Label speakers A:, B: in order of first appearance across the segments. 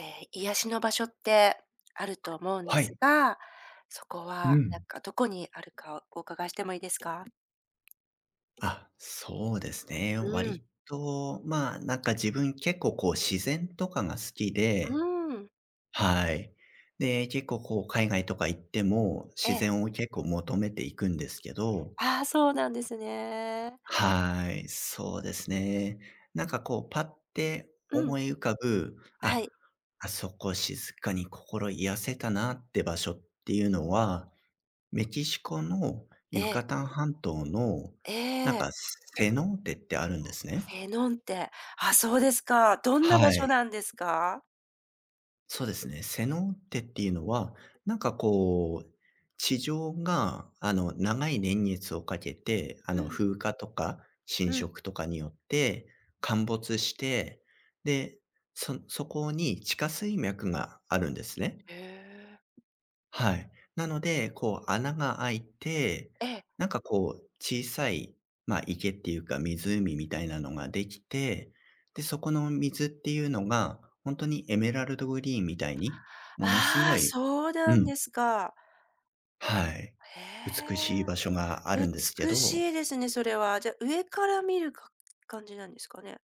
A: 癒しの場所ってあると思うんで
B: は
A: す
B: い。
A: が、そこ
B: う
A: はなん
B: ん。
A: かどこにあるかお伺いしてもいいですか？
B: あ、そうですね。
A: うん、
B: 割と、まあ、なんか自分結構こう自然とかが好きで、
A: うん、
B: はい。で、結構こう海外とか行っても
A: え
B: 自
A: え。
B: 然を結構求めていくんですけど、
A: ああ、そうなんですね。
B: はい、そうですね。なんかこうパッて
A: うん、
B: 思い浮かぶ、
A: は
B: あ、
A: い、
B: あそこ静かに心癒せたなって場所っていうのは、メキシコの
A: え
B: ユ
A: え、
B: カタン半島の、
A: え
B: なんか
A: え。
B: セノーテってあるんですね。
A: セノンテ、あ、そうですか。どんな場
B: は
A: 所
B: い。
A: なんですか？
B: そうですね。セノーテっていうのは、なんかこう、地上が、あの、長い年月をかけて、あ
A: う
B: の、
A: ん、
B: 風化とか侵
A: うん。
B: 食とかによって陥没して、で、そこに地下水脈があるんですね。
A: へえ、
B: はい。なので、こう穴が開いて、
A: ええ。
B: なんかこう小さい、まあ、池っていうか湖みたいなのができて、で、そこの水っていうのが、本当にエメラルドグリーンみたいに、ものす
A: あ
B: ご
A: あ、
B: い、
A: そうな
B: う
A: ん
B: ん、
A: ですか。
B: はい、
A: へ
B: 美しい
A: え、
B: 場所があるんですけ
A: 美し
B: ど、
A: いですね、それは。じゃあ、上から見るか感じなんですかね？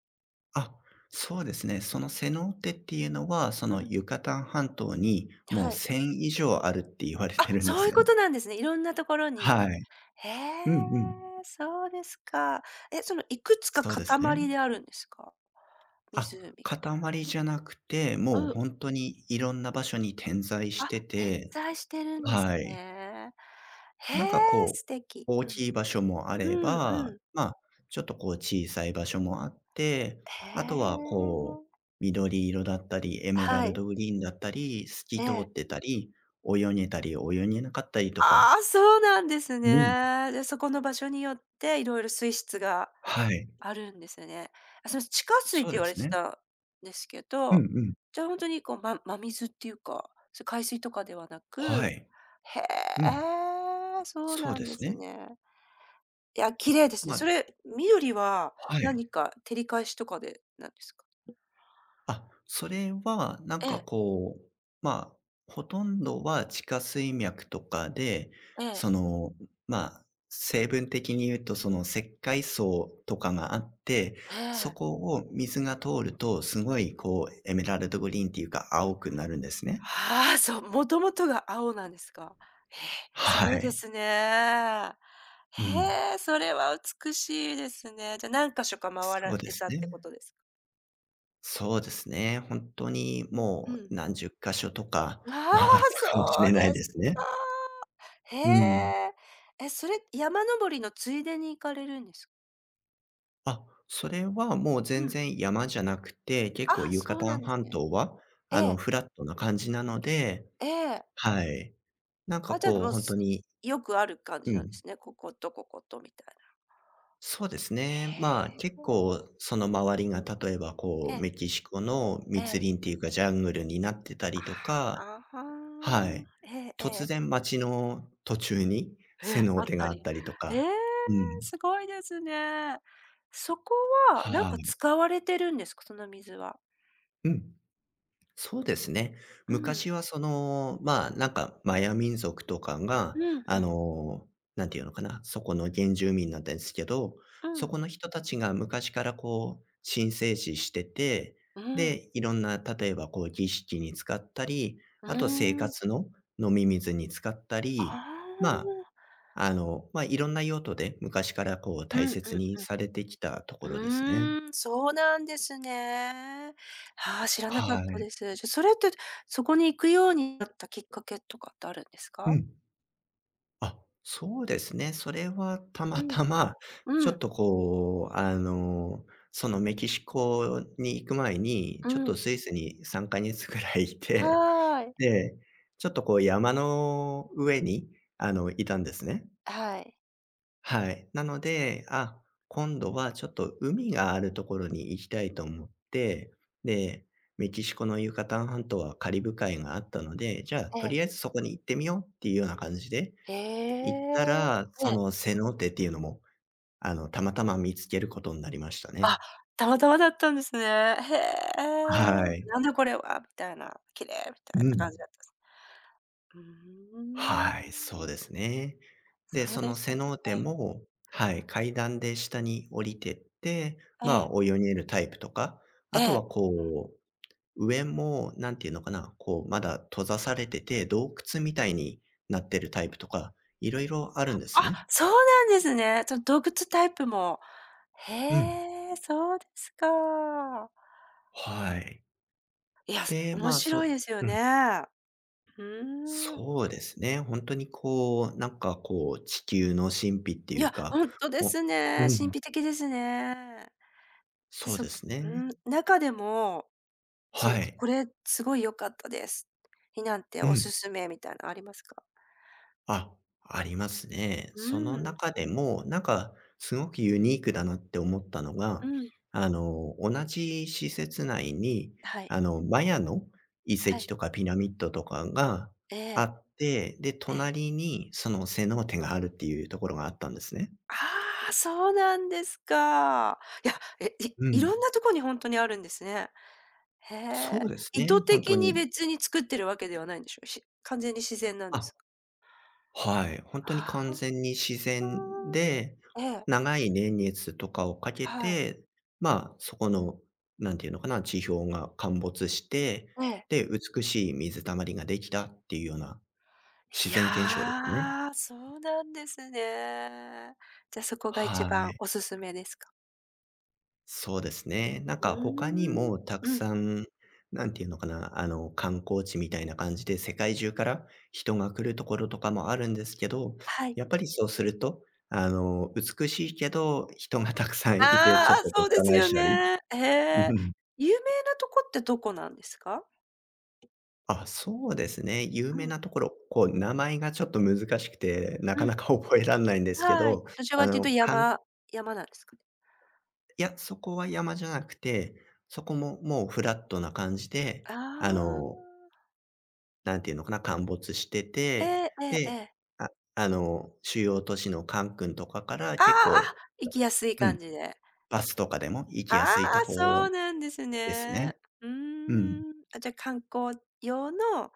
B: あ、そうですね、そのセノーテっていうのは、そ
A: う
B: の
A: ん。
B: ユカタン半島にもう
A: はい。
B: 1000以上あるって言われ
A: あ、
B: てるんで
A: そう
B: す
A: いうこ
B: ね。
A: となんですね。いろんなところに。
B: はい。
A: へえ、
B: うんうん。
A: そうですか。え、そのいくつか
B: そうですね。
A: 塊であるんですか？
B: あ、
A: 湖が。
B: 塊じゃなくて、も
A: う
B: う
A: ん。
B: ほんとにいろんな場所に点在し
A: あ、
B: て
A: 点
B: て、
A: 在してるんです
B: はい。
A: ね。へ
B: なんか
A: え、
B: こう、
A: 素敵。
B: 大きい場所もあ
A: う
B: れ
A: ん。うん
B: ば、
A: うん。
B: ま、あちょっとこう小さい場所もあって、
A: へ
B: あと
A: え。
B: はこう、緑色だったり、エメラ
A: は
B: ル
A: い。
B: ドグリーンだったり、透
A: え
B: き通
A: え。
B: ってたり、泳げたり泳げなかったりとか、
A: ああ、そうなんです
B: うん。
A: ね。で、そこの場所によっていろいろ水質が
B: はい。
A: あるんですよね。あ、それ地下水っ
B: そう
A: て言
B: で
A: われ
B: す
A: て
B: ね。
A: たんですけ
B: うん
A: ど、
B: うん。
A: じゃあほんとにこう、真水っていうか、それ海水とかではな
B: は
A: く、
B: い。
A: へ
B: うん。
A: え、そう
B: そう
A: な
B: で
A: んで
B: す
A: す
B: ね。
A: ね。いや、綺麗ですね。
B: ま
A: そ
B: あ、
A: れ、緑は
B: はい。
A: 何か照り返しとかでなんですか？
B: あ、それはなん
A: え
B: か
A: え、
B: こう、まあ、ほとんどは地下水脈とかで、
A: ええ、
B: その、まあ、成分的に言うとその石灰層とかがあって、
A: え
B: そ
A: え。
B: こを水が通るとすごいこうエメラルドグリーンっていうか青くなるんですね。
A: ああ、そう、もともとが青なんですか。へえ、す
B: は
A: ごいで
B: い。
A: すね。
B: うん。
A: へえ、それは美しいですね。じゃ、何か所か回
B: そう
A: ら
B: で
A: れ
B: す
A: たってこ
B: ね。
A: とですか？
B: そうですね。本当に
A: う
B: も
A: ん。
B: う何十箇所とか
A: ああ、
B: 回ったかもし
A: そ
B: れ
A: うで
B: ないで
A: す
B: すね。
A: か。へ
B: うん。
A: え。え、それ、山登りのついでに行かれるんです、
B: あ、それはもう
A: う
B: 全
A: ん。
B: 然山じゃなくて、結構
A: あ、
B: ユカ
A: そう
B: タ
A: な
B: ン
A: んです
B: 半
A: ね。
B: 島は、
A: え
B: あの、
A: え、
B: フラットな感じなので、
A: ええ。
B: はい。なんか
A: あ、じゃあ、
B: こ
A: も
B: う
A: う、
B: ほんと
A: す
B: に、
A: よくある感
B: う
A: じなんで
B: ん、
A: すね。こことこことみたいな。
B: そうですね。ま
A: へ
B: あ、結
A: え。
B: 構その周りが例えばこ
A: え
B: う
A: え、
B: メキシコの
A: え
B: 密
A: え。
B: 林っていうかジャングルになってたりと
A: あ
B: か、
A: あ、あ
B: は
A: は。
B: い。
A: えええ
B: 突
A: え。
B: 然街の途中に
A: え
B: 背
A: え、
B: のお
A: あっ
B: 手が
A: た
B: あっ
A: り。
B: たりと
A: え
B: か。
A: え、
B: うん。
A: すごいですね。そこは、なん
B: は
A: か
B: い。
A: 使われてるんですか？その水は。
B: うん。そうですね。
A: うん、
B: 昔はその、まあ、なんかマヤ民族とかが、
A: うんうん、
B: あ
A: うん。
B: の、なんていうのかな、そこの原住民なんですけど、そこの人たちが昔からこう、神聖視してて、
A: うん、
B: で、いろんな、例えばこう儀式に使ったり、
A: うー
B: あと生活
A: ん。
B: の飲み水に使った
A: あ
B: り、ま
A: あ。
B: あ、あの、まあ、いろんな用途で昔からこう
A: う
B: 大
A: んうん
B: 切に
A: う
B: されてきたところですね。
A: ん。うーん、そうなんですね。ああ、知らなかっ
B: は
A: た
B: い。
A: です。じゃ、それって、そこに行くようになったきっかけとかってあるんです
B: う
A: か？
B: ん。あ、そうですね。それはたま
A: うん、
B: たま、ちょ
A: う
B: っ
A: ん、
B: とこう、あの、そのメキシコに行く前に、
A: う
B: ちょっと
A: ん。
B: スイスに3か月ぐらいいて、
A: はい。
B: で、ちょっとこう山の上に、あの、いたんですね。
A: はい。
B: はい。なので、あ、今度はちょっと海があるところに行きたいと思って、で、メキシコのユカタン半島はカリブ海があったので、じゃあ
A: え
B: と
A: え。
B: りあえずそこに行ってみようっていうような感じで
A: へ
B: 行った
A: え。
B: ら、
A: え
B: そ
A: え。
B: のセノーテっていうのも、あの、たまたま見つけることになりましたね。
A: あ、たまたまだったんですね。へえ。
B: はい。
A: なんだこれはみたいな、綺麗みた
B: う
A: いな感
B: ん。
A: じだったんです。うー
B: はい、そうで
A: ん。
B: すね。で、
A: そう
B: そ
A: で
B: の
A: し
B: セ
A: た
B: ノ
A: か。
B: ーテ
A: ええ、
B: も、はい、階段で下に降りてって、
A: え
B: ま
A: え、
B: あ、泳げるタイプとか、
A: え
B: あとは
A: え。
B: こう、上も、なんていうのかな、こう、まだ閉ざされてて、洞窟みたいになってるタイプとか、いろいろあるんで
A: あ、
B: すね。
A: そうなんですね。その動物タイプも。へ
B: うん。
A: え、そうですか。
B: はい。
A: いや、
B: で、
A: 面
B: まあ、そ
A: 白い
B: う、
A: ですよ
B: う
A: ね。
B: ん。
A: うーん。
B: そうですね。本当にこう、なんかこう、地球の神秘って
A: い
B: いう
A: や、
B: か、
A: ほんとで
B: こ
A: す
B: う、
A: ね。
B: う
A: 神
B: ん、
A: 秘的ですね。で、
B: そうです
A: う
B: ね。
A: ん、中でも、
B: は
A: そ
B: い。
A: これすごい良かったです。になんて
B: う
A: お
B: ん。
A: すすめみたいなありますか？
B: あ、ありますね。
A: う
B: その
A: ん、
B: 中でも、なんかすごくユニークだなって思ったのが、
A: うん。
B: あの、同じ施設内に、
A: はい、
B: あの、マヤの遺
A: は
B: 跡
A: い。
B: とかピラミッドとかが
A: え
B: あ
A: え、
B: って、で、
A: ええ。
B: 隣にそのセノーテがあるっていうところがあったんですね。
A: ああ、そうなんですか。いや、え、
B: う
A: い
B: ん。
A: ろんなとこにほんとにあるんですね。へえ。
B: そうです
A: 意
B: ね、
A: 図
B: 本当
A: 的に
B: に。
A: 別に作ってるわけではないんでしょ？し完全に自然なん
B: あ、
A: ですか？
B: はい、本当に
A: は
B: 完全に自
A: あ。
B: 然で、
A: ーええ、
B: 長い年月とかをかけ
A: はい、
B: て、まあ、そこの、何ていうのかな、地表が陥没して、
A: ええ。
B: で、美しい水たまりができたっていうような自
A: い
B: 然現象ですね。
A: や、そうなんですね。じゃ、そこが一
B: は
A: 番
B: い。
A: おすすめですか？
B: そうですね。なん
A: う
B: か他に
A: ーん。
B: もたく
A: うん、
B: さん、なんていうのかな、あの、観光地みたいな感じで世界中から人が来るところとかもあるんですけど、
A: はい。
B: やっぱりそうすると、あの、美しいけど、人がたくさんいてちょ
A: あ
B: っ
A: あ、
B: とごっ
A: そう
B: た
A: です
B: 返
A: よ
B: したり。
A: ね。へ
B: う
A: え。
B: ん。
A: 有名なとこってどこなんですか？
B: あ、そうですね。有
A: う
B: 名
A: ん、
B: なところ、こう名前がちょっと難しくて、な
A: う
B: かな
A: ん、
B: か 覚えられないんですけ
A: はい。
B: ど、
A: どちら
B: あ
A: かという
B: の、
A: と
B: かん
A: 山なんですかね？
B: いや、そこは山じゃなくて、そこももうフラットな感じで、
A: あ
B: あの、
A: あ。
B: なんていうのかな、陥没して
A: え
B: て、
A: ええええ
B: で、
A: え。
B: あ、あの、主要都市のカンクンとかから
A: ああ、
B: 結
A: あ、
B: 構、
A: 行きやすい
B: う
A: 感
B: ん、
A: じで。
B: バスとかでも行
A: あ
B: きや
A: あ、
B: すいと
A: そ
B: こ
A: うなんです
B: です
A: ね。
B: ね。
A: うー
B: うん。
A: ん。あ、じゃ、観光用の、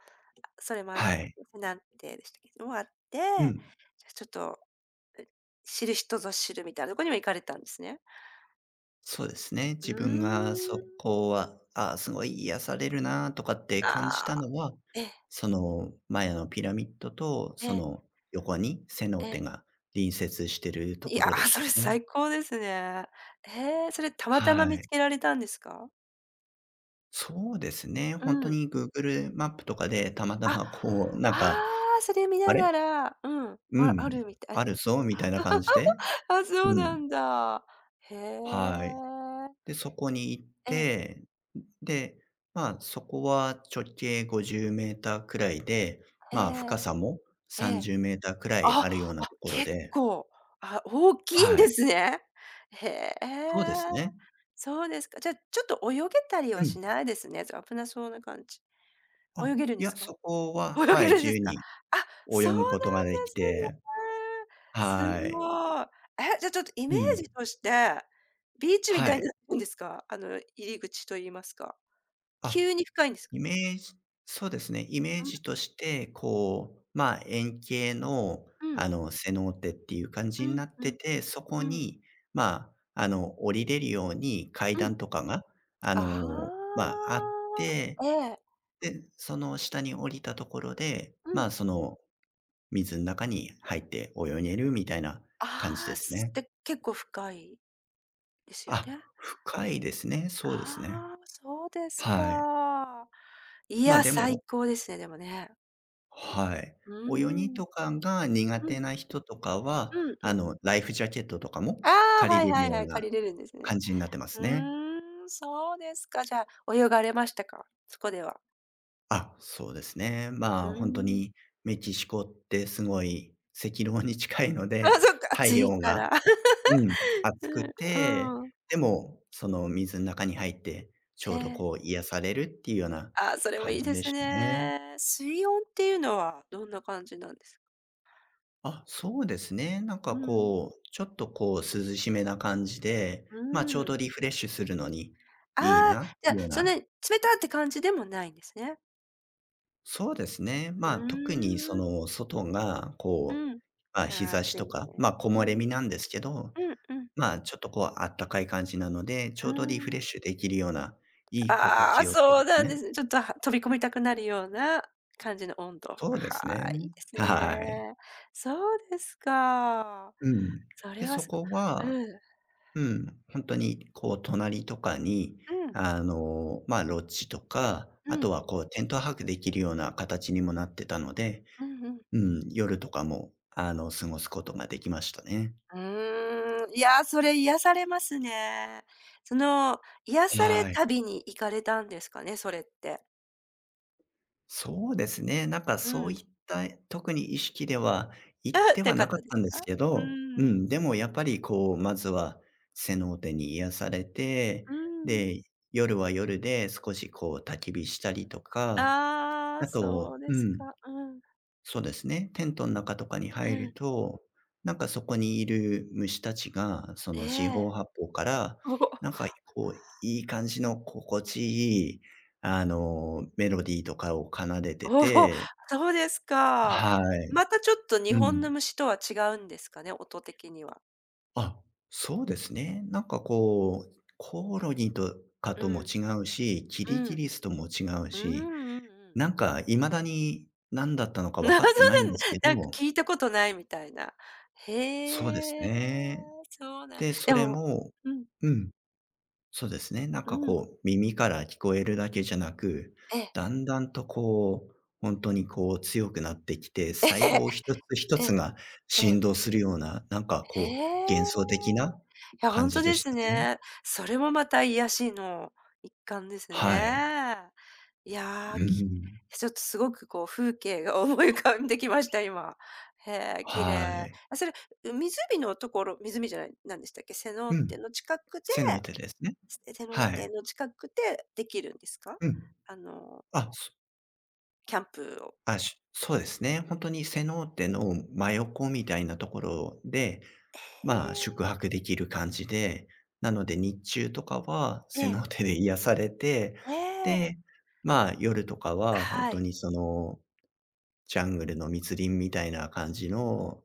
A: それもあ
B: はい。
A: セナンでしたっけ、もあって、
B: うん。
A: じゃ、ちょっと、え、知る人ぞ知るみたいなとこにも行かれたんですね。
B: そうですね。
A: う
B: 自分が
A: ーん。
B: そこは、あ、すごい癒されるなとかって感じ
A: ああ、
B: たのは、
A: ええ、
B: その、マヤのピラミッドと、
A: え
B: そ
A: え、
B: の横にセノー
A: ええ。
B: テが隣接してると
A: い
B: こ
A: や、
B: ろでし
A: そ
B: た
A: れ
B: ね。
A: 最高ですね。へえ、それたまたま
B: は
A: 見つ
B: い。
A: けられたんですか？
B: そうですね。
A: う
B: 本当
A: ん。
B: に Google マップとかでたまた
A: あ、
B: まこう、なんか、
A: ああ、それ見
B: あ
A: なが
B: れ、
A: ら、うん、
B: う
A: ああ
B: ん、
A: るみたい、
B: あるぞみたいな感じで、
A: あ、そう
B: うん、
A: なんだ。へ
B: は
A: え。
B: い。で、そこに行っ
A: ええ、
B: て、で、まあ、そこは直径5 0ーターくらいで、
A: え
B: まあ、深
A: え、
B: さも
A: え
B: 3
A: え。
B: 0ーターくらい
A: あ、
B: あるような
A: あ、
B: ところ
A: 結
B: で、
A: 構、あ、大きいん
B: は
A: で
B: い、
A: すね。へ
B: そうで
A: え、
B: すね。
A: そうですか。じゃ、あちょっと泳げたり
B: う
A: は
B: ん。
A: しないですね。そ、危なそうな感じ。
B: あ、
A: 泳げるん
B: い
A: で
B: や、
A: すか？
B: そこは
A: 泳
B: は
A: げ
B: い、
A: るん
B: 自
A: です
B: 由
A: か？
B: に
A: あ、
B: 泳
A: そうな
B: ぐ
A: ん
B: ことがで
A: で
B: き
A: す
B: て、
A: ね。す
B: はい。
A: ごい。え、じゃ、あちょっとイ
B: う
A: メー
B: ん、
A: ジとして、ビーチみ
B: は
A: たい
B: い。
A: になってるんですか？あの、入り口と言いますか。
B: あ、
A: 急に深いんですか？
B: イメージ、そうですね、イメー
A: うん、
B: ジとして、こう、まあ、円形の、
A: う
B: あ
A: ん。
B: の、セノーテっていう感
A: う
B: じに
A: ん
B: なっ
A: う
B: て
A: ん
B: て、そこ
A: うん
B: に、まあ、あの、降りれるように階
A: うん。
B: 段とかが、あの、
A: あ
B: まあ、あって、
A: あ、ええ。
B: で、その下に降りたところで、
A: う
B: まあ、
A: ん。
B: その水の中に入って泳げるみたいな感じ
A: あ
B: で
A: あ、
B: す
A: すっ
B: ね。
A: て結構深いですよ
B: あ、
A: ね。
B: 深いですね。そうですね。
A: ああ、そうです
B: はい。
A: か。い
B: まあ、
A: や、
B: で
A: 最
B: も、
A: 高ですね、でもね。
B: はい。
A: う
B: 泳ぎ
A: ーん。
B: とかが苦
A: う
B: 手
A: ん、
B: な人とかは、
A: うんう
B: あ
A: ん。
B: の、ライフジャケットとかも
A: ああ、
B: 借
A: はい
B: りれる
A: はい
B: よ
A: は
B: う
A: い、
B: な
A: 借りれるんですね。
B: 感じになってま
A: う
B: すね。
A: ーん、そうですか。じゃあ、泳がれましたか？そこでは。
B: あ、そうですね。ま
A: う
B: あ、本当
A: ーん。
B: にメキシコってすごい赤道に近いの
A: あ、
B: で、
A: そっか、
B: 太
A: 暑い
B: 陽
A: か
B: が、
A: ら。
B: うん、暑く
A: う
B: て、
A: ん、うん。
B: でも、その水の中に入って、ちょ
A: え
B: うどこう
A: え。
B: 癒されるっていうような
A: ああ、それも
B: 感
A: いい
B: じ
A: で
B: で
A: す
B: したね。
A: ね。水温っていうのはどんな感じなんですか？
B: あ、そうですね。なんか
A: うん。
B: こう、ちょっとこう涼しめな感じで、
A: う
B: まあちょう
A: ーん。
B: どリフレッシュするのに
A: あ
B: いい
A: あ、
B: なって
A: じゃ
B: い
A: あ、
B: うよう
A: そんな
B: な。
A: に冷たって感じでもないんですね。
B: そうですね。
A: う
B: まあ特にそ
A: ーん。
B: の外がこう、
A: うん。
B: まあ
A: あ
B: 日
A: あ、
B: 差し
A: 暑い
B: と
A: ね。
B: か、まあ
A: う
B: 木漏れ
A: ん。
B: 日なんですけど、
A: うんうん。
B: まあちょっとこうあったかい感じなので、ち
A: うー
B: ょうどリフレッ
A: ん。
B: シュできるような、いい心
A: あ
B: 地
A: あ、
B: よさで
A: そう
B: す
A: なんで
B: ね。
A: すね。ちょっと、は飛び込みたくなるような感じの温度。は
B: そうです
A: あ、
B: ね。
A: いいですね。
B: はい。
A: そうですか。
B: うん。
A: そ
B: で、
A: れは
B: そ
A: す
B: こ
A: ご
B: は
A: うん。
B: うん、本当にこう隣とかに、
A: うん。
B: ロッジとか、
A: う
B: あと
A: ん。
B: はこうテント泊できるような形にもなってたので、
A: うんうん
B: うん、夜とかも、過ごすことができましたね。
A: うーん、いや、それ癒されますね。その、癒され
B: はい。
A: 旅に行かれたんですかね、それって。
B: そうですね、なんか
A: う
B: そうい
A: ん。
B: った特に意識では行っ
A: あ、
B: ては
A: なか
B: な
A: っ
B: かっ
A: たで
B: たん
A: す
B: で
A: か？
B: すけ
A: うー
B: ど、う
A: ん、
B: ん、でもやっぱりこう、まずはセノーテに癒されて、
A: うーん。
B: で、夜は夜で少しこう焚き火したりとか、
A: ああ、
B: あと
A: そうですか。うん、
B: そうですね。テントの中とかに入
A: う
B: る
A: ん。
B: と、なんかそこにいる虫たちが、その四
A: え
B: 方
A: え。
B: 八方から、
A: おお、
B: なんかこう、いい感じの心地いい、メロディーとかを奏でて
A: おお、
B: て、
A: そうですか。
B: はい。
A: またちょっと日
B: う
A: 本の
B: ん。
A: 虫とは違うんですかね、音的には。
B: あ、そうですね。なんかこう、コオロギとか
A: う
B: とも
A: ん、
B: 違うし、キ
A: う
B: リギ
A: ん。
B: リスとも違う
A: うん
B: し、
A: うんうん。
B: なんか未だに何だったの か分
A: な
B: か
A: ぞ
B: ってないん
A: なん
B: で
A: だ。
B: すけ
A: なんか
B: ど、
A: 聞いたことないみたいな。
B: そうです
A: へえ、
B: ね。
A: そうなん
B: で、そ
A: で
B: れ
A: も
B: も
A: うん、
B: うん、そうですね。なん
A: う
B: か
A: ん。
B: こう、耳から聞こえるだけじゃなく、
A: ええ、
B: だんだんとこう、ほんとにこう強くなってきて、
A: え
B: 細
A: え、
B: 胞一つ一
A: え
B: つ
A: え、
B: が
A: ええ、え
B: 振
A: え。
B: 動するような、なんか
A: へ
B: こう、
A: え。
B: 幻想的な
A: いや、ほ
B: 感
A: ん
B: じ
A: と
B: で
A: で
B: し
A: す
B: たね。
A: ね。それもまた癒しの一環です
B: はい。
A: ね。いや、
B: うん。
A: ちょっとすごくこう風景が思い浮かんできました、今。へえ、綺
B: は
A: 麗。
B: い。
A: あ、それ、湖のところ湖じゃない、なんでしたっけ、瀬の
B: う
A: って
B: ん。
A: の近くで
B: セノーテですね。
A: ステテ
B: は
A: 店
B: い。
A: の近くでできるんですか？
B: うん。
A: あの、
B: あ、そ
A: キャンプを。
B: あ、しそうですね。ほんとにセノーテの真横みたいなところで、
A: へ
B: まあ、
A: え。
B: 宿泊できる感じで、なので日中とかは
A: え
B: セノ
A: え。
B: ーテで癒されて、
A: ええ。
B: で、まあ、夜とかはほん
A: は
B: と
A: い。
B: にその、ジャングルの密林みたいな感じの、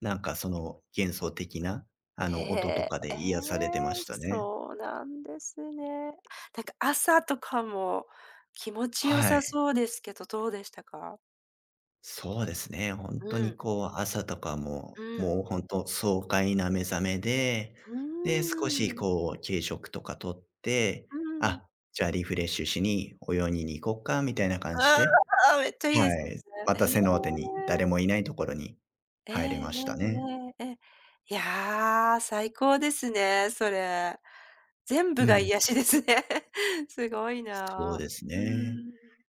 B: なんかその幻想的な、
A: へ
B: 音と
A: え。
B: かで
A: え
B: 癒されて
A: え、
B: ましたね。
A: そうなんですね。なんか朝とかも気持ち良
B: は
A: さ
B: い。
A: そうですけど、どうでしたか？
B: そうですね。本
A: う
B: 当に
A: ん、
B: こう、朝とかも、
A: うん、
B: もう本当爽快な目覚めで、
A: う
B: で、少し
A: ーん、
B: こう軽食とかとって、
A: うん。
B: あ、じゃあリフレッシュしに泳ぎに行こっかみたいな感じ
A: あ
B: で、
A: あ、めっちゃいいです
B: はい、ま
A: ね。
B: た
A: へえ。
B: 背のーに誰もいないところに
A: ええ
B: 入れ
A: え
B: ましたね。
A: えええええ。いや、最高ですね、それ。全
B: う
A: 部が
B: ん、
A: 癒しですね。すごい
B: そう
A: な。
B: です
A: う
B: ね。
A: ん。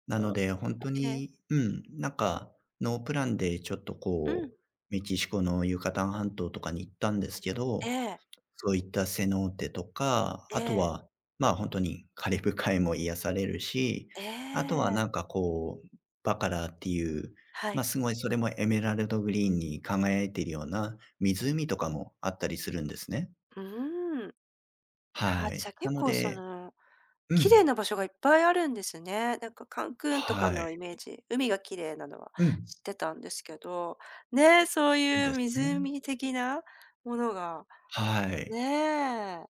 B: な
A: そ
B: の
A: う、
B: で本当
A: ええ、
B: に、うん、なんかノープランでちょっと
A: う
B: こ
A: ん、
B: う、メキシコのユカタン半島とかに行ったんですけ
A: え
B: ど、
A: え、
B: そういったセノーテとか、
A: え
B: あと
A: え、
B: は、まあ、本当にカリブ海も癒されるし、
A: え
B: あとは
A: え、
B: なんかこう、バカラっていう、
A: は
B: ま、あ
A: い。
B: すごいそれもエメラルドグリーンに輝いているような湖とかもあったりするんですね。
A: うーん。は、
B: は
A: じ
B: い。
A: ゃ、
B: な
A: 結
B: の
A: 構そ
B: で、
A: の、
B: う
A: 綺
B: ん。
A: 麗な場所がいっぱいあるんですね。なんかカンクンとか
B: はい。
A: のイメージ、海が綺麗なのは
B: うん。
A: 知ってたんですけど、ねえ、そう
B: そう
A: いう
B: ですね。
A: 湖的なものが、
B: はい。
A: ねえ。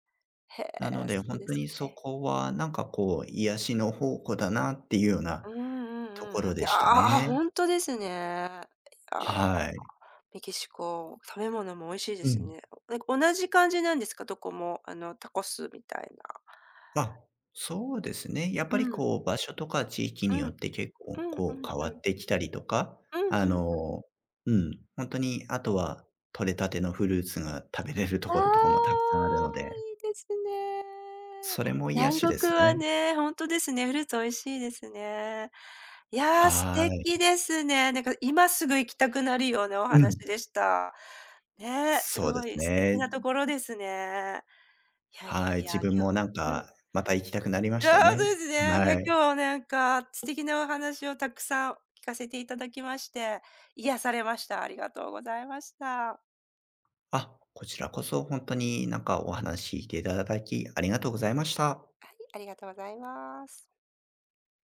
A: へ
B: なの
A: え、
B: で、
A: そう
B: 本
A: で
B: 当
A: す
B: に
A: か
B: そ
A: ね。
B: こはなんかこう、癒しの宝庫だなっていうような
A: うんうん
B: とこ
A: うんうん。
B: ろ
A: い
B: で
A: やー、
B: した
A: ああ、
B: ね。
A: 本当ですね。いや、
B: はい。
A: メキシコ、食べ物も美味しいで
B: う
A: す
B: ん。
A: ね。なんか同じ感じなんですか？どこも、あの、タコスみたいな。
B: あ、そうですね。やっ
A: う
B: ぱり
A: ん。
B: こう場所とか地域
A: う
B: に
A: ん。
B: よって結構
A: うんう
B: こ
A: ん
B: う変
A: う
B: わ
A: ん。
B: ってきたりとか、
A: うん
B: あ
A: うん。
B: の、うん、本当にあとは採れたてのフルーツが食べれると
A: ああ、
B: ころとかもたくさんあるので、
A: いいですね。
B: それも癒
A: 南
B: しで
A: 国
B: す
A: は
B: ね。
A: ね、ほんとですね、フルーツ美味しいですね。いや、素
B: はい。
A: 敵ですね。なんか今すぐ行きたくなるようなお
B: うん。
A: 話でした。ね、す
B: そうで
A: ご
B: す
A: い素敵
B: ね。
A: なところですね。いやいや
B: は
A: い
B: い。自
A: や、
B: 分
A: 今日は
B: もなん
A: うん。
B: かまた行きたくなりま
A: い
B: し
A: や、
B: た
A: ほんと
B: ね。
A: ですね。いや、
B: は
A: 今
B: い。
A: 日はなんか素敵なお話をたくさん聞かせていただきまして、癒されました。ありがとうございました。
B: あ、こちらこそ本当になんかお話聞いていただきありがとうございました。
A: はい、ありがとうございます。